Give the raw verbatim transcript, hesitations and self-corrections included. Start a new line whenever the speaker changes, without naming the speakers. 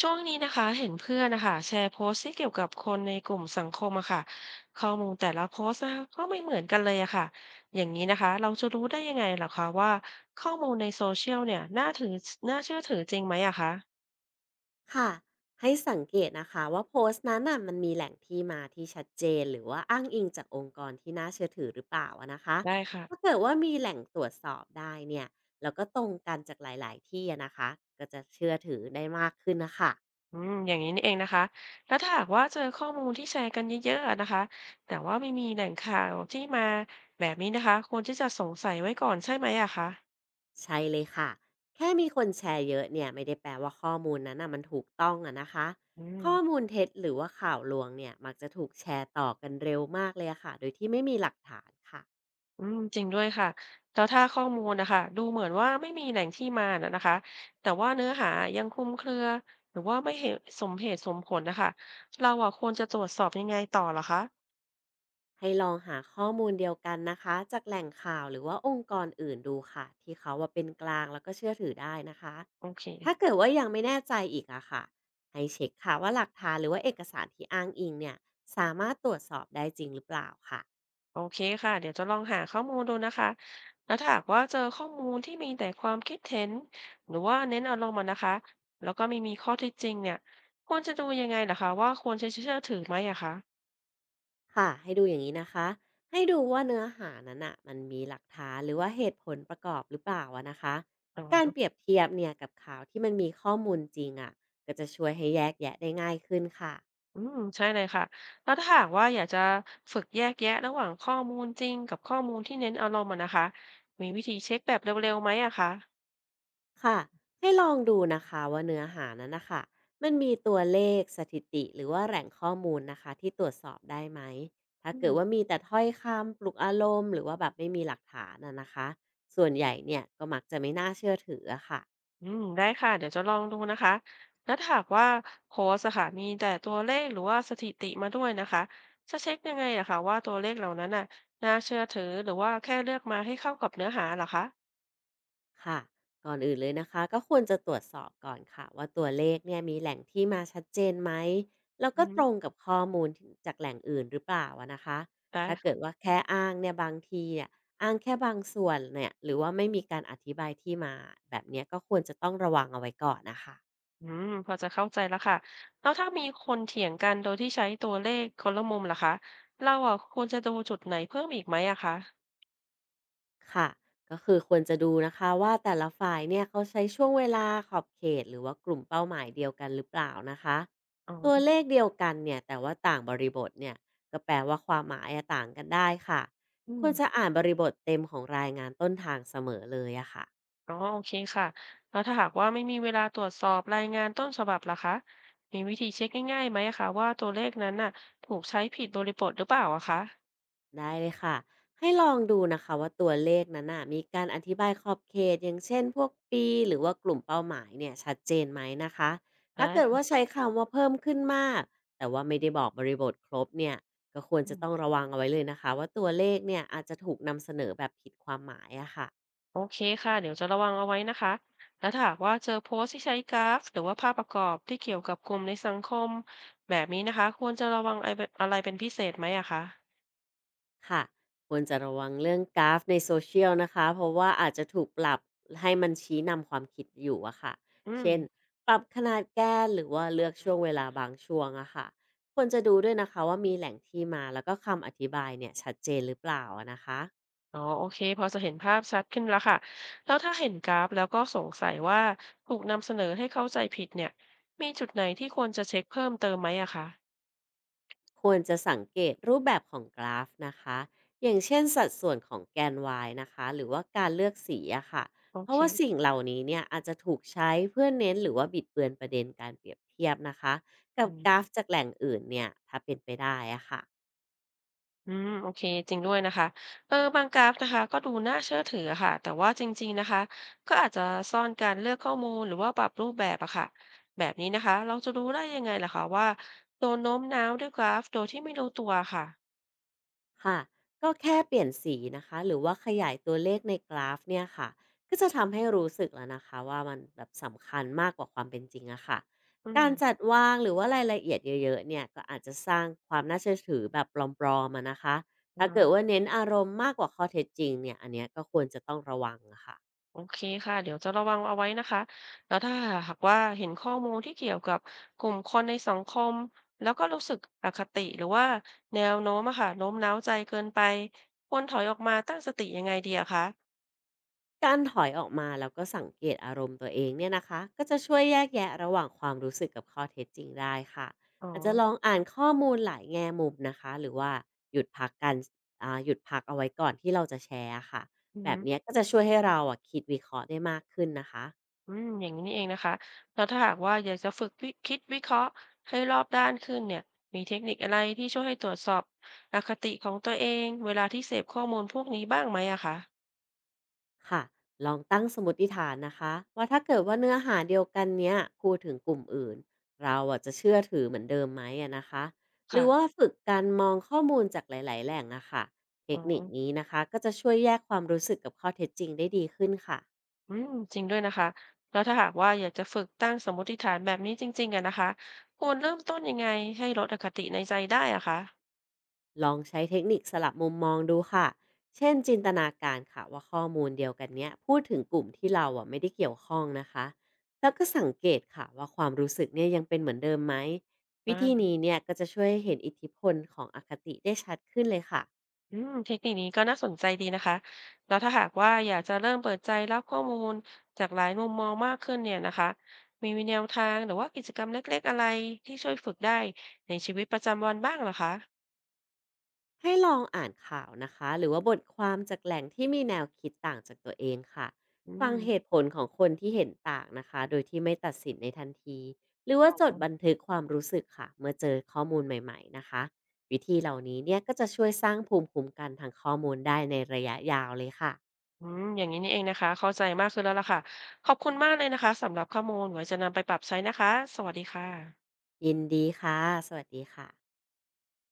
ช่วงนี้นะคะเห็นเพื่อนนะคะแชร์โพสต์ที่เกี่ยวกับคนในกลุ่มสังคมอะค่ะข้อมูลแต่ละโพสต์นะคะก็ไม่เหมือนกันเลยอะค่ะอย่างนี้นะคะเราจะรู้ได้ยังไงเหรอคะว่าข้อมูลในโซเชียลเนี่ยน่าถือน่าเชื่อถือจริงไหมอะคะ
ค่ะให้สังเกตนะคะว่าโพสต์นั้นน่ะมันมีแหล่งที่มาที่ชัดเจนหรือว่าอ้างอิงจากองค์กรที่น่าเชื่อถือหรือเปล่าอะนะคะ
ได้ค่ะ
ถ้าเกิดว่ามีแหล่งตรวจสอบได้เนี่ยแล้วก็ตรงกันจากหลายๆที่อะนะคะก็จะเชื่อถือได้มากขึ้นนะคะ
อืมอย่างนี้นี่เองนะคะแล้วถ้าหากว่าเจอข้อมูลที่แชร์กันเยอะๆอะนะคะแต่ว่าไม่มีแหล่งข่าวที่มาแบบนี้นะคะควรที่จะสงสัยไว้ก่อนใช่ไหมอะคะ
ใช่เลยค่ะแค่มีคนแชร์เยอะเนี่ยไม่ได้แปลว่าข้อมูลนั้นน่ะมันถูกต้องอะนะคะ
อืม
ข้อมูลเท็จหรือว่าข่าวลวงเนี่ยมักจะถูกแชร์ต่อกันเร็วมากเลยอะค่ะโดยที่ไม่มีหลักฐานค่ะ
อืมจริงด้วยค่ะแล้วถ้าข้อมูลนะคะดูเหมือนว่าไม่มีแหล่งที่มานะนะคะแต่ว่าเนื้อหายังคลุมเครือหรือว่าไม่เหตุสมเหตุสมผลนะค่ะเราอะควรจะตรวจสอบยังไงต่อเหรอคะ
ให้ลองหาข้อมูลเดียวกันนะคะจากแหล่งข่าวหรือว่าองค์กรอื่นดูค่ะที่เขาว่าเป็นกลางแล้วก็เชื่อถือได้นะคะ
โอเค
ถ้าเกิดว่ายังไม่แน่ใจอีกอะค่ะให้เช็คค่ะว่าหลักฐานหรือว่าเอกสารที่อ้างอิงเนี่ยสามารถตรวจสอบได้จริงหรือเปล่าค่ะ
โอเคค่ะเดี๋ยวจะลองหาข้อมูลดูนะคะแล้วถ้าหากว่าเจอข้อมูลที่มีแต่ความคิดเห็นหรือว่าเน้นอารมณ์อะนะคะแล้วก็ไม่มีข้อเท็จจริงเนี่ยควรจะดูยังไงเหรอคะว่าควรจะเชื่อถือไหมอะคะ
ค่ะให้ดูอย่างนี้นะคะให้ดูว่าเนื้อหานั้นอะมันมีหลักฐานหรือว่าเหตุผลประกอบหรือเปล่าอะนะคะ
อ๋
การ
อ
เปรียบเทียบเนี่ยกับข่าวที่มันมีข้อมูลจริงอะก็จะช่วยให้แยกแยะได้ง่ายขึ้นค่ะ
อืมใช่เลยค่ะแล้วถ้าหากว่าอยากจะฝึกแยกแยะระหว่างข้อมูลจริงกับข้อมูลที่เน้นอารมณ์อะนะคะมีวิธีเช็คแบบเร็วๆไหมอะคะ
ค่ะให้ลองดูนะคะว่าเนื้อหานั้นนะคะมันมีตัวเลขสถิติหรือว่าแหล่งข้อมูลนะคะที่ตรวจสอบได้ไหมถ้า
อื
เกิด
ม
ว่ามีแต่ถ้อยคำปลุกอารมณ์หรือว่าแบบไม่มีหลักฐานนะนะคะส่วนใหญ่เนี่ยก็มักจะไม่น่าเชื่อถืออะค่ะ
อืมได้ค่ะเดี๋ยวจะลองดูนะคะแล้วถ้าหากว่าโค้ชอะค่ะมีแต่ตัวเลขหรือว่าสถิติมาด้วยนะคะจะเช็คยังไงอะคะว่าตัวเลขเหล่านั้นน่ะน่าเชื่อถือหรือว่าแค่เลือกมาให้เข้ากับเนื้อหาเหรอคะ
ค่ะก่อนอื่นเลยนะคะก็ควรจะตรวจสอบก่อนค่ะว่าตัวเลขเนี่ยมีแหล่งที่มาชัดเจนไหมแล้ว
อื
ก็ต
ม
รงกับข้อมูลถึงจากแหล่งอื่นหรือเปล่าอะนะคะ
ได้
ถ้าเกิ
ค่ะ
ดว่าแค่อ้างเนี่ยบางทีเนี่ยอ้างแค่บางส่วนเนี่ยหรือว่าไม่มีการอธิบายที่มาแบบเนี้ยก็ควรจะต้องระวังเอาไว้ก่อนนะคะ
อืมพอจะเข้าใจแล้วค่ะแล้วถ้ามีคนเถียงกันโดยที่ใช้ตัวเลขคนละมุมล่ะคะเราอ่ะควรจะดูจุดไหนเพิ่มอีกไหมอะคะ
ค่ะก็คือควรจะดูนะคะว่าแต่ละฝ่ายเนี่ยเขาใช้ช่วงเวลาขอบเขตหรือว่ากลุ่มเป้าหมายเดียวกันหรือเปล่านะคะ
อ๋
ตัวเล
อ
ขเดียวกันเนี่ยแต่ว่าต่างบริบทเนี่ยก็แปลว่าความหมายอะต่างกันได้ค่ะ
อื
ค
ม
วรจะอ่านบริบทเต็มของรายงานต้นทางเสมอเลยอะค่ะ
อ๋อโอเคค่ะแล้วถ้าหากว่าไม่มีเวลาตรวจสอบรายงานต้นฉบับล่ะคะมีวิธีเช็คง่ายๆไหมอะคะว่าตัวเลขนั้นน่ะถูกใช้ผิดบริบทหรือเปล่าอะคะ
ได้เลยค่ะให้ลองดูนะคะว่าตัวเลขนั้นน่ะมีการอธิบายขอบเขตอย่างเช่นพวกปีหรือว่ากลุ่มเป้าหมายเนี่ยชัดเจนไหมนะคะ
น
ถ้าเกิดว่า
ะ
ใช้คำว่าเพิ่มขึ้นมากแต่ว่าไม่ได้บอกบริบทครบเนี่ยก็ควรจะต้องระวังเอาไว้เลยนะคะว่าตัวเลขเนี่ยอาจจะถูกนำเสนอแบบผิดความหมายอะค่ะ
โอเคค่ะเดี๋ยวจะระวังเอาไว้นะคะแล้วถ้าหากว่าเจอโพสต์ที่ใช้กราฟหรือว่าภาพประกอบที่เกี่ยวกับกลุ่มในสังคมแบบนี้นะคะควรจะระวังอะไรเป็นอะไรเป็นพิเศษไหมอะคะ
ค่ะควรจะระวังเรื่องกราฟในโซเชียลนะคะเพราะว่าอาจจะถูกปรับให้มันชี้นำความคิดอยู่อะค่ะ
อืม
เช่นปรับขนาดแกนหรือว่าเลือกช่วงเวลาบางช่วงอะค่ะควรจะดูด้วยนะคะว่ามีแหล่งที่มาแล้วก็คำอธิบายเนี่ยชัดเจนหรือเปล่าอะนะคะ
อ๋อโอเคพอจะเห็นภาพชัดขึ้นแล้วค่ะแล้วถ้าเห็นกราฟแล้วก็สงสัยว่าถูกนำเสนอให้เข้าใจผิดเนี่ยมีจุดไหนที่ควรจะเช็คเพิ่มเติมไหมอะคะ
ควรจะสังเกตรูปแบบของกราฟนะคะอย่างเช่นสัดส่วนของแกน วาย นะคะหรือว่าการเลือกสีอะค่ะ
โอ
เพ
เค
ราะว่าสิ่งเหล่านี้เนี่ยอาจจะถูกใช้เพื่อเน้นหรือว่าบิดเบือนประเด็นการเปรียบเทียบนะคะกับ
อื
กราฟ
ม
จากแหล่งอื่นเนี่ยถ้าเป็นไปได้อะค่ะ
อืมโอเคจริงด้วยนะคะเออบางกราฟนะคะก็ดูน่าเชื่อถืออะค่ะแต่ว่าจริงๆนะคะก็อาจจะซ่อนการเลือกข้อมูลหรือว่าปรับรูปแบบอะค่ะแบบนี้นะคะเราจะรู้ได้ยังไงล่ะคะว่าโดนโน้มน้าวด้วยกราฟโดยที่ไม่รู้ตัวค่ะ
ค่ะก็แค่เปลี่ยนสีนะคะหรือว่าขยายตัวเลขในกราฟเนี่ยค่ะก็จะทำให้รู้สึกแล้วนะคะว่ามันแบบสำคัญมากกว่าความเป็นจริงอะค่ะ
อื
การ
ม
จัดวางหรือว่ารายละเอียดเยอะๆเนี่ยก็อาจจะสร้างความน่าเชื่อถือแบบปลอมๆมานะคะ
อ๋
ถ้าเกิดว่า
อ
เน้นอารมณ์มากกว่าข้อเท็จจริงเนี่ยอันเนี้ยก็ควรจะต้องระวังอะค่ะ
โอเคค่ะเดี๋ยวจะระวังเอาไว้นะคะแล้วถ้าหากว่าเห็นข้อมูลที่เกี่ยวกับกลุ่มคนในสังคมแล้วก็รู้สึกอคติหรือว่าแนวโน้มอะค่ะโน้มน้าวใจเกินไปควรถอยออกมาตั้งสติยังไงดีอะคะ
การถอยออกมาแล้วก็สังเกตอารมณ์ตัวเองเนี่ยนะคะก็จะช่วยแยกแยะระหว่างความรู้สึกกับข้อเท็จจริงได้ค่ะ
อ๋อ
อาจจะลองอ่านข้อมูลหลายแง่มุมนะคะหรือว่าหยุดพักกันอ่าหยุดพักเอาไว้ก่อนที่เราจะแชร์อะค่ะ
อือ
แบ
ฮึ
บเนี้ยก็จะช่วยให้เราอ่ะคิดวิเคราะห์ได้มากขึ้นนะคะ
อืมอย่างนี้นี่เองนะคะ แล้วถ้าหากว่าอยากจะฝึกวิคิดวิเคราะห์ให้รอบด้านขึ้นเนี่ย มีเทคนิคอะไรที่ช่วยให้ตรวจสอบอคติของตัวเองเวลาที่เสพข้อมูลพวกนี้บ้างไหมอะคะ
ค่ะลองตั้งสมมติฐานนะคะว่าถ้าเกิดว่าเนื้อหาเดียวกันเนี้ยพูดถึงกลุ่มอื่นเราอะจะเชื่อถือเหมือนเดิมไหมอะนะคะหรื
ค่ะ
อว่าฝึกการมองข้อมูลจากหลายๆแหล่งอะค่ะเท
อ๋
ค
อ
นิคนี้นะคะก็จะช่วยแยกความรู้สึกกับข้อเท็จจริงได้ดีขึ้นค่ะ
อืมจริงด้วยนะคะแล้วถ้าหากว่าอยากจะฝึกตั้งสมมุติฐานแบบนี้จริงๆอะนะคะควรเริ่มต้นยังไงให้ลดอคติในใจได้อะคะ
ลองใช้เทคนิคสลับมุมมองดูค่ะ เช่นจินตนาการค่ะว่าข้อมูลเดียวกันเนี้ยพูดถึงกลุ่มที่เราอ่ะไม่ได้เกี่ยวข้องนะคะ แล้วก็สังเกตค่ะว่าความรู้สึกเนี่ยยังเป็นเหมือนเดิมไหมวิธี
อา
นี้เนี่ยก็จะช่วยให้เห็นอิทธิพลของอคติได้ชัดขึ้นเลยค่ะ
อืมเทคนิคนี้ก็น่าสนใจดีนะคะแล้วถ้าหากว่าอยากจะเริ่มเปิดใจรับข้อมูลจากหลายมุมมองมากขึ้นเนี่ยนะคะมีแนวทางหรือว่ากิจกรรมเล็กๆอะไรที่ช่วยฝึกได้ในชีวิตประจำวันบ้างเหรอคะ
ให้ลองอ่านข่าวนะคะหรือว่าบทความจากแหล่งที่มีแนวคิดต่างจากตัวเองค่ะ
อื
ฟัง
ม
เหตุผลของคนที่เห็นต่างนะคะโดยที่ไม่ตัดสินในทันทีหรือว่า
อ๋
จดบัน
อ
ทึกความรู้สึกค่ะเมื่อเจอข้อมูลใหม่ๆนะคะวิธีเหล่านี้เนี่ยก็จะช่วยสร้างภูมิคุ้มกันทางข้อมูลได้ในระยะยาวเลยค่ะ
อืมอย่างนี้นี่เองนะคะเข้าใจมากขึ้นแล้วล่ะค่ะขอบคุณมากเลยนะคะสำหรับข้อมูลไว้จะนำไปปรับใช้นะคะสวัสดีค่ะ
ยินดีค่ะสวัสดีค่ะ